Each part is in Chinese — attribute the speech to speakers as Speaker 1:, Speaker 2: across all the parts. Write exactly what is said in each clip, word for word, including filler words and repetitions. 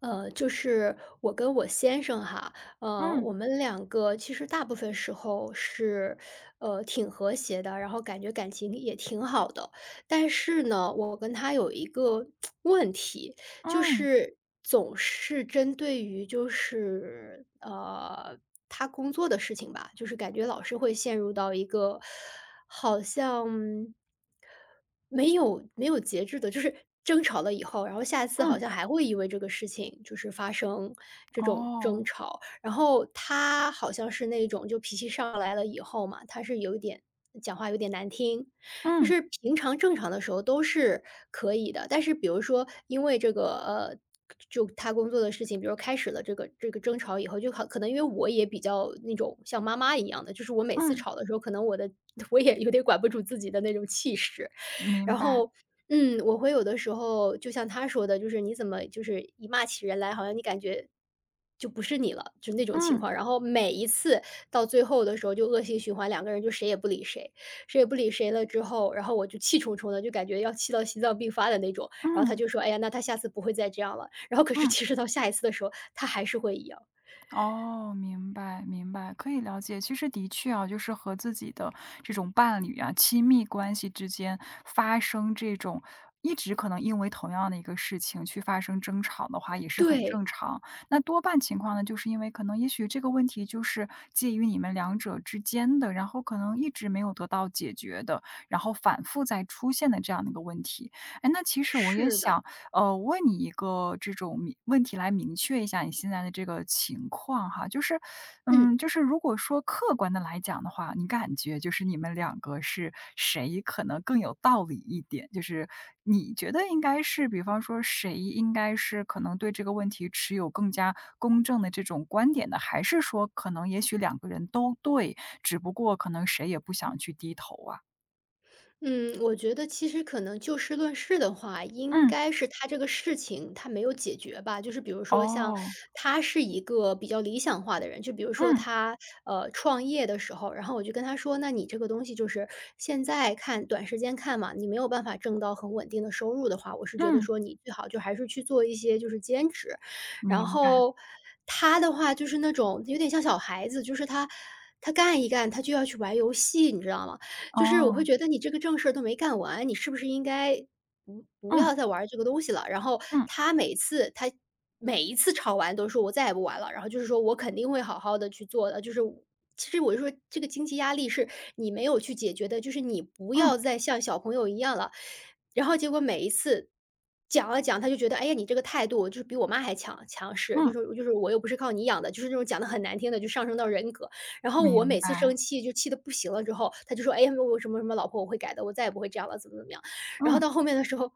Speaker 1: 呃，就是我跟我先生哈，呃，
Speaker 2: 嗯
Speaker 1: 我们两个其实大部分时候是，呃，挺和谐的，然后感觉感情也挺好的。但是呢，我跟他有一个 问题，就
Speaker 2: 嗯
Speaker 1: 是总是针对于就是呃他工作的事情吧，就是感觉老是会陷入到一个好像，没有没有节制的，就是争吵了以后，然后下一次好
Speaker 2: 嗯，
Speaker 1: 像还会因为这个事情就是发生这种争
Speaker 2: 哦，
Speaker 1: 吵。然后他好像是那种就脾气上来了以后嘛，他是有一点讲话有点难听，就
Speaker 2: 嗯
Speaker 1: 是平常正常的时候都是可以的，但是比如说因为这个呃。就他工作的事情，比如开始了这个这个争吵以后，就可可能因为我也比较那种像妈妈一样的，就是我每次
Speaker 2: 嗯，
Speaker 1: 吵的时候，可能我的 我也有点管不住自己的那种气势，
Speaker 2: 明
Speaker 1: 然
Speaker 2: 白，
Speaker 1: 后，嗯，我会有的时候就像他说的，就是你怎么就是一骂起人来，好像你感觉就不是你了，就那种情
Speaker 2: 嗯
Speaker 1: 况。然后每一次到最后的时候，就恶性循环，两个人就谁也不理谁，谁也不理谁了之后，然后我就气冲冲的，就感觉要气到心脏病发的那种。然后他
Speaker 2: 嗯
Speaker 1: 就说：“哎呀，那他下次不会再这样了。然后可是
Speaker 2: 嗯。
Speaker 1: 其实到下一次的时候，他还是会一样。
Speaker 2: 哦，明白明白，可以了解。其实的确啊，就是和自己的这种伴侣啊、亲密关系之间发生这种一直可能因为同样的一个事情去发生争吵的话，也是很
Speaker 1: 对，
Speaker 2: 正常。那多半情况呢，就是因为可能也许这个问题就是介于你们两者之间的，然后可能一直没有得到解决的，然后反复在出现的这样的一个问题。哎，那其实我也
Speaker 1: 是的，
Speaker 2: 想呃，问你一个这种明问题来明确一下你现在的这个情况哈，就是，嗯，
Speaker 1: 嗯。
Speaker 2: 就是如果说客观的来讲的话，你感觉就是你们两个是谁可能更有道理一点？就是你觉得应该是，比方说谁应该是可能对这个问题持有更加公正的这种观点的，还是说可能也许两个人都对，只不过可能谁也不想去低头啊？
Speaker 1: 嗯，我觉得其实可能就事论事的话，应
Speaker 2: 嗯，
Speaker 1: 该是他这个事情他没有解决吧。就是比如说像
Speaker 2: 哦，
Speaker 1: 他是一个比较理想化的人，就比如说
Speaker 2: 嗯
Speaker 1: 他呃创业的时候，然后我就跟他说，那你这个东西就是现在看短时间看嘛，你没有办法挣到很稳定的收入的话，我是觉得
Speaker 2: 嗯，
Speaker 1: 说你最好就还是去做一些就是兼职。然
Speaker 2: 明白，
Speaker 1: 后他的话就是那种有点像小孩子，就是他他干一干他就要去玩游戏，你知道吗？就是我会
Speaker 2: 哦，
Speaker 1: 觉得你这个正事儿都没干完，你是不是应该不不
Speaker 2: 嗯。
Speaker 1: 要再玩儿这个东西了？然后
Speaker 2: 嗯
Speaker 1: 他每次他每一次吵完都说我再也不玩了，然后就是说我肯定会好好的去做的，就是我其实我就说这个经济压力是你没有去解决的，就是你不
Speaker 2: 嗯
Speaker 1: 要再像小朋友一样了。然后结果每一次讲了讲，他就觉得，哎呀，你这个态度就是比我妈还强强势，就
Speaker 2: 嗯，
Speaker 1: 是就是我又不是靠你养的，就是那种讲的很难听的，就上升到人格。然后我
Speaker 2: 明
Speaker 1: 每次生
Speaker 2: 白，
Speaker 1: 气就气得不行了之后，他就说：“哎呀，我什么什么老婆，我会改的，我再也不会这样了，怎么怎么样。”然后
Speaker 2: 嗯
Speaker 1: 到后面的时候，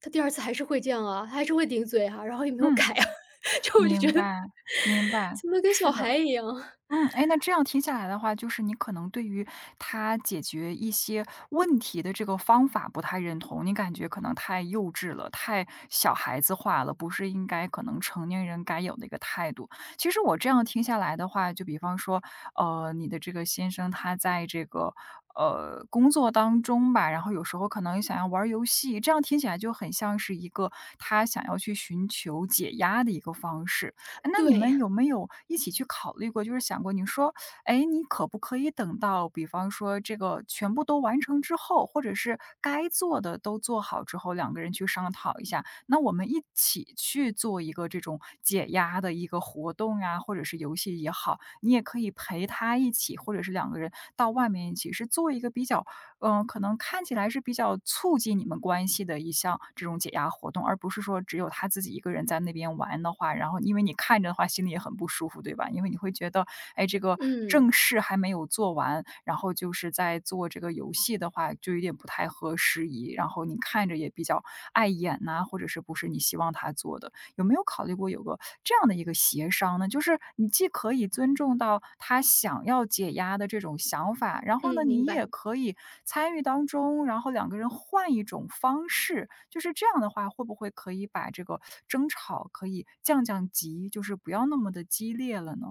Speaker 1: 他第二次还是会这样啊，他还是会顶嘴啊，然后也没有改
Speaker 2: 嗯，
Speaker 1: 啊，就我就觉
Speaker 2: 明
Speaker 1: 得
Speaker 2: 白明 白，
Speaker 1: 怎么跟小
Speaker 2: 是的。
Speaker 1: 孩一样啊。
Speaker 2: 嗯，哎，那这样听下来的话，就是你可能对于他解决一些问题的这个方法不太认同，你感觉可能太幼稚了，太小孩子化了，不是应该可能成年人该有的一个态度。其实我这样听下来的话，就比方说，呃，你的这个先生他在这个呃工作当中吧，然后有时候可能想要玩儿游戏，这样听起来就很像是一个他想要去寻求解压的一个方式。哎，那你们
Speaker 1: 对，
Speaker 2: 有没有一起去考虑过，就是想过，你说，哎，你可不可以等到，比方说这个全部都完成之后，或者是该做的都做好之后，两个人去商讨一下，那我们一起去做一个这种解压的一个活动呀，或者是游戏也好，你也可以陪他一起，或者是两个人到外面一起，是做一个比较嗯，呃可能看起来是比较促进你们关系的一项这种解压活动，而不是说只有他自己一个人在那边玩的话，然后因为你看着的话，心里也很不舒服，对吧？因为你会觉得，哎，这个正
Speaker 1: 嗯，
Speaker 2: 事还没有做完，然后就是在做这个游戏的话，就有点不太合时宜，然后你看着也比较碍眼呐、或者是不是你希望他做的。有没有考虑过有个这样的一个协商呢？就是你既可以尊重到他想要解压的这种想法，然后
Speaker 1: 嗯，
Speaker 2: 呢，
Speaker 1: 明
Speaker 2: 你也
Speaker 1: 白。
Speaker 2: 可以参与当中，然后两个人换一种方式，就是这样的话，会不会可以把这个争吵可以降降级，就是不要那么的激烈了呢？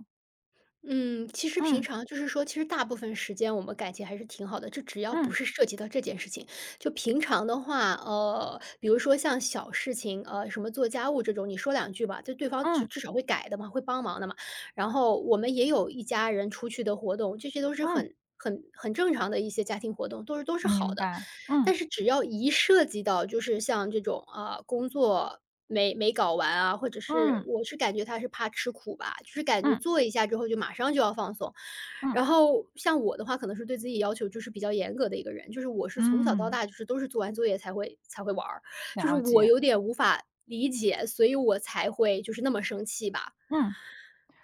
Speaker 1: 嗯，其实平
Speaker 2: 嗯
Speaker 1: 常就是说，其实大部分时间我们感情还是挺好的，就只要不
Speaker 2: 嗯
Speaker 1: 是涉及到这件事情，就平常的话，呃，比如说像小事情，呃，什么做家务这种，你说两句吧，就对方至
Speaker 2: 嗯
Speaker 1: 至少会改的嘛，会帮忙的嘛。然后我们也有一家人出去的活动，这些都是
Speaker 2: 嗯，
Speaker 1: 很很很正常的一些家庭活动，都是都是
Speaker 2: 明
Speaker 1: 好的。
Speaker 2: 白，嗯
Speaker 1: 但是只要一涉及到就是像这种，啊，工作没没搞完啊，或者是
Speaker 2: 嗯
Speaker 1: 我是感觉他是怕吃苦吧，就是感觉
Speaker 2: 嗯
Speaker 1: 做一下之后就马上就要放松。
Speaker 2: 嗯
Speaker 1: 然后像我的话可能是对自己要求就是比较严格的一个人，就是我是从小到
Speaker 2: 嗯，
Speaker 1: 大就是都是做完作业才会才会玩儿，就是
Speaker 2: 了
Speaker 1: 我
Speaker 2: 解，
Speaker 1: 有点无法理解，所以我才会就是那么生气吧，
Speaker 2: 嗯。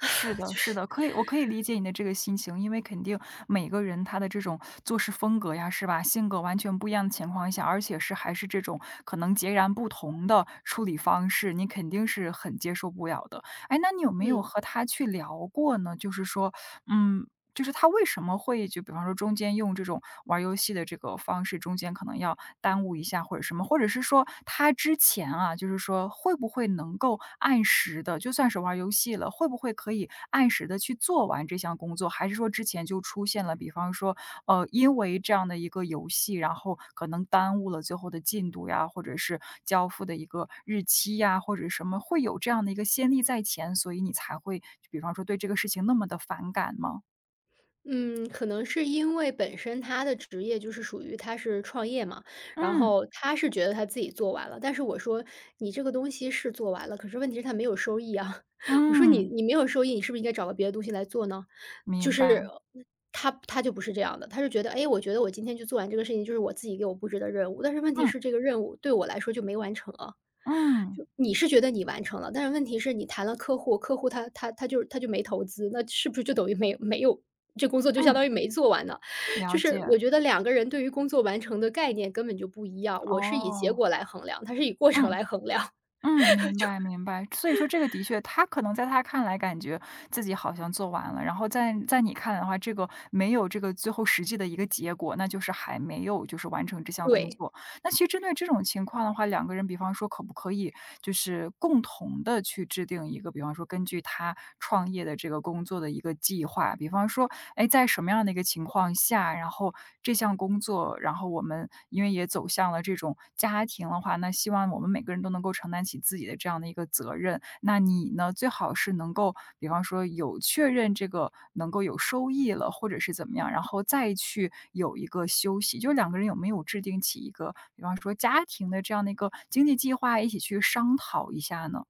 Speaker 2: 是的，是的，可以，我可以理解你的这个心情，因为肯定每个人他的这种做事风格呀，是吧？性格完全不一样的情况下，而且是还是这种可能截然不同的处理方式，你肯定是很接受不了的。哎，那你有没有
Speaker 1: 嗯。
Speaker 2: 和他去聊过呢？就是说，嗯。就是他为什么会就比方说中间用这种玩儿游戏的这个方式，中间可能要耽误一下或者什么？或者是说他之前啊，就是说会不会能够按时的，就算是玩儿游戏了，会不会可以按时的去做完这项工作？还是说之前就出现了，比方说，呃，因为这样的一个游戏，然后可能耽误了最后的进度呀，或者是交付的一个日期呀，或者什么，会有这样的一个先例在前，所以你才会比方说对这个事情那么的反感吗？
Speaker 1: 嗯，可能是因为本身他的职业就是属于他是创业嘛，然
Speaker 2: 嗯，
Speaker 1: 后他是觉得他自己做完了，但是我说：“你这个东西是做完了，可是问题是他没有收益啊。我说：“你
Speaker 2: 嗯，
Speaker 1: 你没有收益，你是不是应该找个别的东西来做呢？”就
Speaker 2: 明白，
Speaker 1: 是他他就不是这样的，他是觉得：“哎，诶我觉得我今天就做完这个事情，就是我自己给我布置的任务。”但是问题
Speaker 2: 嗯，
Speaker 1: 是这个任务对我来说就没完成啊。
Speaker 2: 嗯，
Speaker 1: 就你是觉得你完成了，但是问题是你谈了客户，客户他他他就他就没投资，那是不是就等于没有没有这工作就相
Speaker 2: 嗯，
Speaker 1: 当于没做完呢。就
Speaker 2: 了
Speaker 1: 是
Speaker 2: 解。
Speaker 1: 我觉得两个人对于工作完成的概念根本就不一样，我是以结
Speaker 2: 哦，
Speaker 1: 果来衡量，他是以过程
Speaker 2: 嗯，
Speaker 1: 来衡量，
Speaker 2: 嗯，明白明白。所以说这个的确，他可能在他看来感觉自己好像做完了，然后在在你看来的话，这个没有这个最后实际的一个结果，那就是还没有就是完成这项 工
Speaker 1: 对。
Speaker 2: 作。那其实针对这种情况的话，两个人比方说可不可以就是共同的去制定一个，比方说根据他创业的这个工作的一个计划，比方说，哎，在什么样的一个情况下，然后这项工作，然后我们因为也走向了这种家庭的话，那希望我。们。我们每个人都能够承担起自己的这样的一个责任。那你呢，最好是能够，比方说有确认这个能够有收益了，或者是怎么样，然后再去有一个休息。就两个人有没有制定起一个，比方说家庭的这样的一个经济计划，一起去商讨一下呢？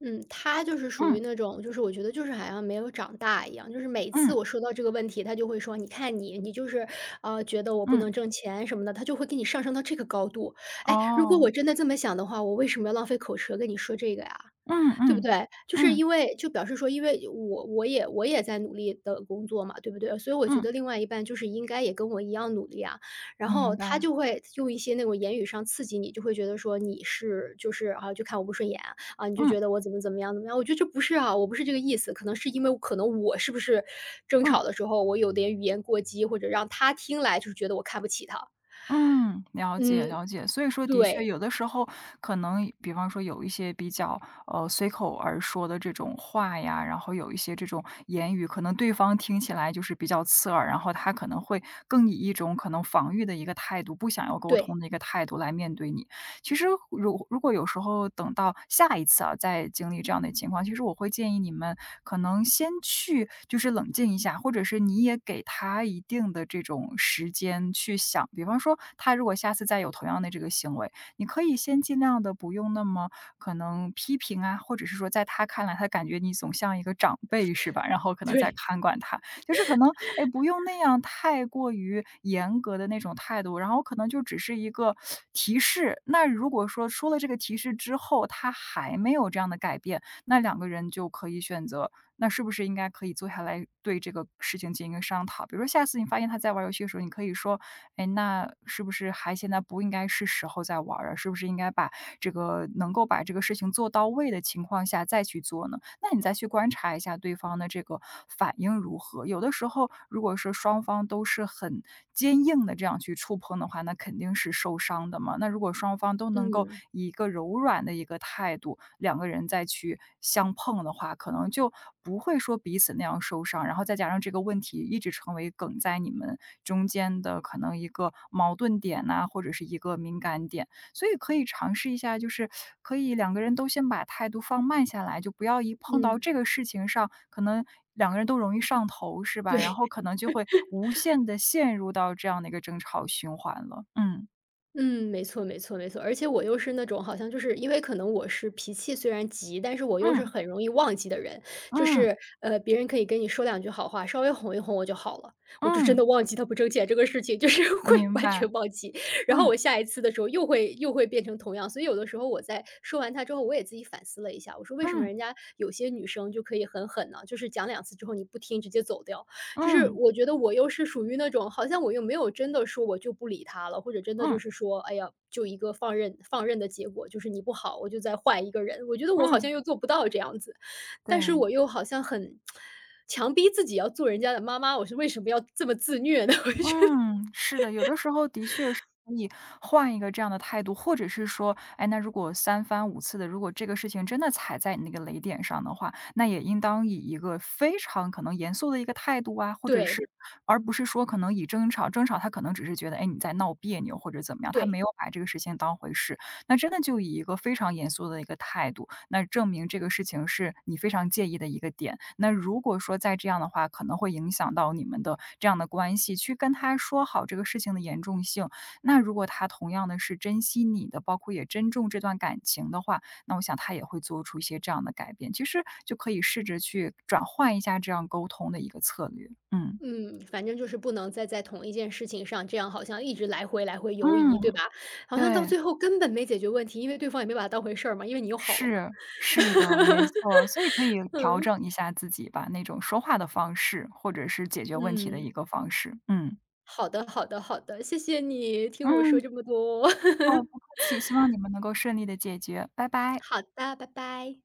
Speaker 1: 嗯，他就是属于
Speaker 2: 嗯
Speaker 1: 那种，就是我觉得就是好像没有长大一样，就是每次
Speaker 2: 嗯
Speaker 1: 我说到这个问题，他就会说：“你看你，你就是，呃，觉得我不
Speaker 2: 嗯，
Speaker 1: 能挣钱什么的。”他就会给你上升到这个高度。哎，如果
Speaker 2: 哦，
Speaker 1: 我真的这么想的话，我为什么要浪费口舌跟你说这个呀？
Speaker 2: 嗯
Speaker 1: 对不
Speaker 2: 嗯
Speaker 1: 对？就是
Speaker 2: 嗯
Speaker 1: 因为就表示说，因为我我也我也在努力的工作嘛，对不对？所以我觉
Speaker 2: 嗯，
Speaker 1: 得另外一半就是应该也跟我一样努力啊。然
Speaker 2: 明
Speaker 1: 后他
Speaker 2: 白，
Speaker 1: 就会用一些那种言语上刺激你，就会觉得说你是就是啊，就看我不顺眼啊啊，你就
Speaker 2: 嗯
Speaker 1: 觉得我怎么怎么样怎么样，我觉得这不是啊，我不是这个意思，可能是因为可能我是不是争
Speaker 2: 嗯。
Speaker 1: 吵的时候，我有点语言过激，或者让他听来就是觉得我看不起他。
Speaker 2: 嗯，了
Speaker 1: 嗯，
Speaker 2: 解了解。所以说的确
Speaker 1: 对，
Speaker 2: 有的时候可能比方说有一些比较，呃，随口而说的这种话呀，然后有一些这种言语，可能对方听起来就是比较刺耳，然后他可能会更以一种可能防御的一个态度，不想要沟
Speaker 1: 对，
Speaker 2: 通的一个态度来面对你。其实如如果有时候等到下一次啊，再经历这样的情况，其实我会建议你们可能先去就是冷静一下，或者是你也给他一定的这种时间去想。比方说，他如果下次再有同样的这个行为，你可以先尽量的不用那么可能批评啊，或者是说在他看来，他感觉你总像一个长辈是吧？然后可能再
Speaker 1: 对，
Speaker 2: 看管他，就是可能，哎，不用那样太过于严格的那种态度，然后可能就只是一个提示。那如果说说了这个提示之后，他还没有这样的改变，那两个人就可以选择，那是不是应该可以坐下来对这个事情进行一个商讨？比如说下次你发现他在玩游戏的时候，你可以说，哎，那是不是还现在不应该是时候再玩儿啊？是不是应该把这个能够把这个事情做到位的情况下再去做呢？那你再去观察一下对方的这个反应如何。有的时候，如果是双方都是很坚硬的这样去触碰的话，那肯定是受伤的嘛。那如果双方都能够
Speaker 1: 嗯，
Speaker 2: 以一个柔软的一个态度，两个人再去相碰的话，可能就不会说彼此那样受伤。然后再加上这个问题一直成为梗在你们中间的可能一个矛盾点呐、或者是一个敏感点。所以可以尝试一下，就是可以两个人都先把态度放慢下来，就不要一碰到
Speaker 1: 嗯，
Speaker 2: 这个事情上，可能两个人都容易上头，是吧？然
Speaker 1: 对。
Speaker 2: 后可能就会无限的陷入到这样的一个争吵循环了。嗯，
Speaker 1: 嗯，没错没错没错，而且我又是那种好像就是因为可能我是脾气虽然急，但是我又是
Speaker 2: 嗯，
Speaker 1: 很容易忘记的人，就
Speaker 2: 嗯，
Speaker 1: 是，呃，别人可以跟你说两句好话，稍微哄一哄我就好了，我就真
Speaker 2: 嗯，
Speaker 1: 的忘记他不挣钱这个事情，就是 会
Speaker 2: 明
Speaker 1: 完
Speaker 2: 白。
Speaker 1: 全忘记。然后
Speaker 2: 嗯，
Speaker 1: 我下一次的时候又会又会变成同样，所以有的时候我在说完他之后，我也自己反思了一下，我说为什么
Speaker 2: 嗯，
Speaker 1: 人家有些女生就可以很狠呢？就是讲两次之后你不听直接走掉。就是
Speaker 2: 嗯，
Speaker 1: 我觉得我又是属于那种，好像我又没有真的说我就不理他了，或者真的就
Speaker 2: 嗯，
Speaker 1: 是说，哎呀，就一个放任放任的结果，就是你不好，我就再换一个人。我觉得我好
Speaker 2: 嗯，
Speaker 1: 像又做不到这样子，但是
Speaker 2: 对。
Speaker 1: 我又好像很强逼自己要做人家的妈妈，我是为什么要这么自虐呢？我就觉得
Speaker 2: 嗯，是的，有的时候的确是可以换一个这样的态度，或者是说，哎，那如果三番五次的，如果这个事情真的踩在你那个雷点上的话，那也应当以一个非常可能严肃的一个态度啊，或者
Speaker 1: 对
Speaker 2: 是而不是说可能以争吵，争吵他可能只是觉得，哎，你在闹别扭或者怎么样，他没
Speaker 1: 对，
Speaker 2: 有把这个事情当回事，那真的就以一个非常严肃的一个态度，那证明这个事情是你非常介意的一个点。那如果说再这样的话，可能会影响到你们的这样的关系，去跟他说好这个事情的严重性。那如果他同样的是珍惜你的，包括也珍重这段感情的话，那我想他也会做出一些这样的改变。其实就可以试着去转换一下这样沟通的一个策略。嗯
Speaker 1: 嗯，反正就是不能再在同一件事情上这样，好像一直来回来回游移，对
Speaker 2: 嗯，
Speaker 1: 吧？好像到
Speaker 2: 对。
Speaker 1: 最后根本没解决问题，因为对方也没把它当回事儿嘛，因为你又好了嘛，
Speaker 2: 是，是的，没错，所以可以调整一下自己吧，那种说话的方式，或者是解决问题的一
Speaker 1: 嗯。
Speaker 2: 个方式，嗯。
Speaker 1: 好的，好的，好的，谢谢你听我
Speaker 2: 嗯，
Speaker 1: 说这么多。
Speaker 2: 哦，不 客气，希望你们能够顺利的解决，拜拜。
Speaker 1: 好的，拜拜。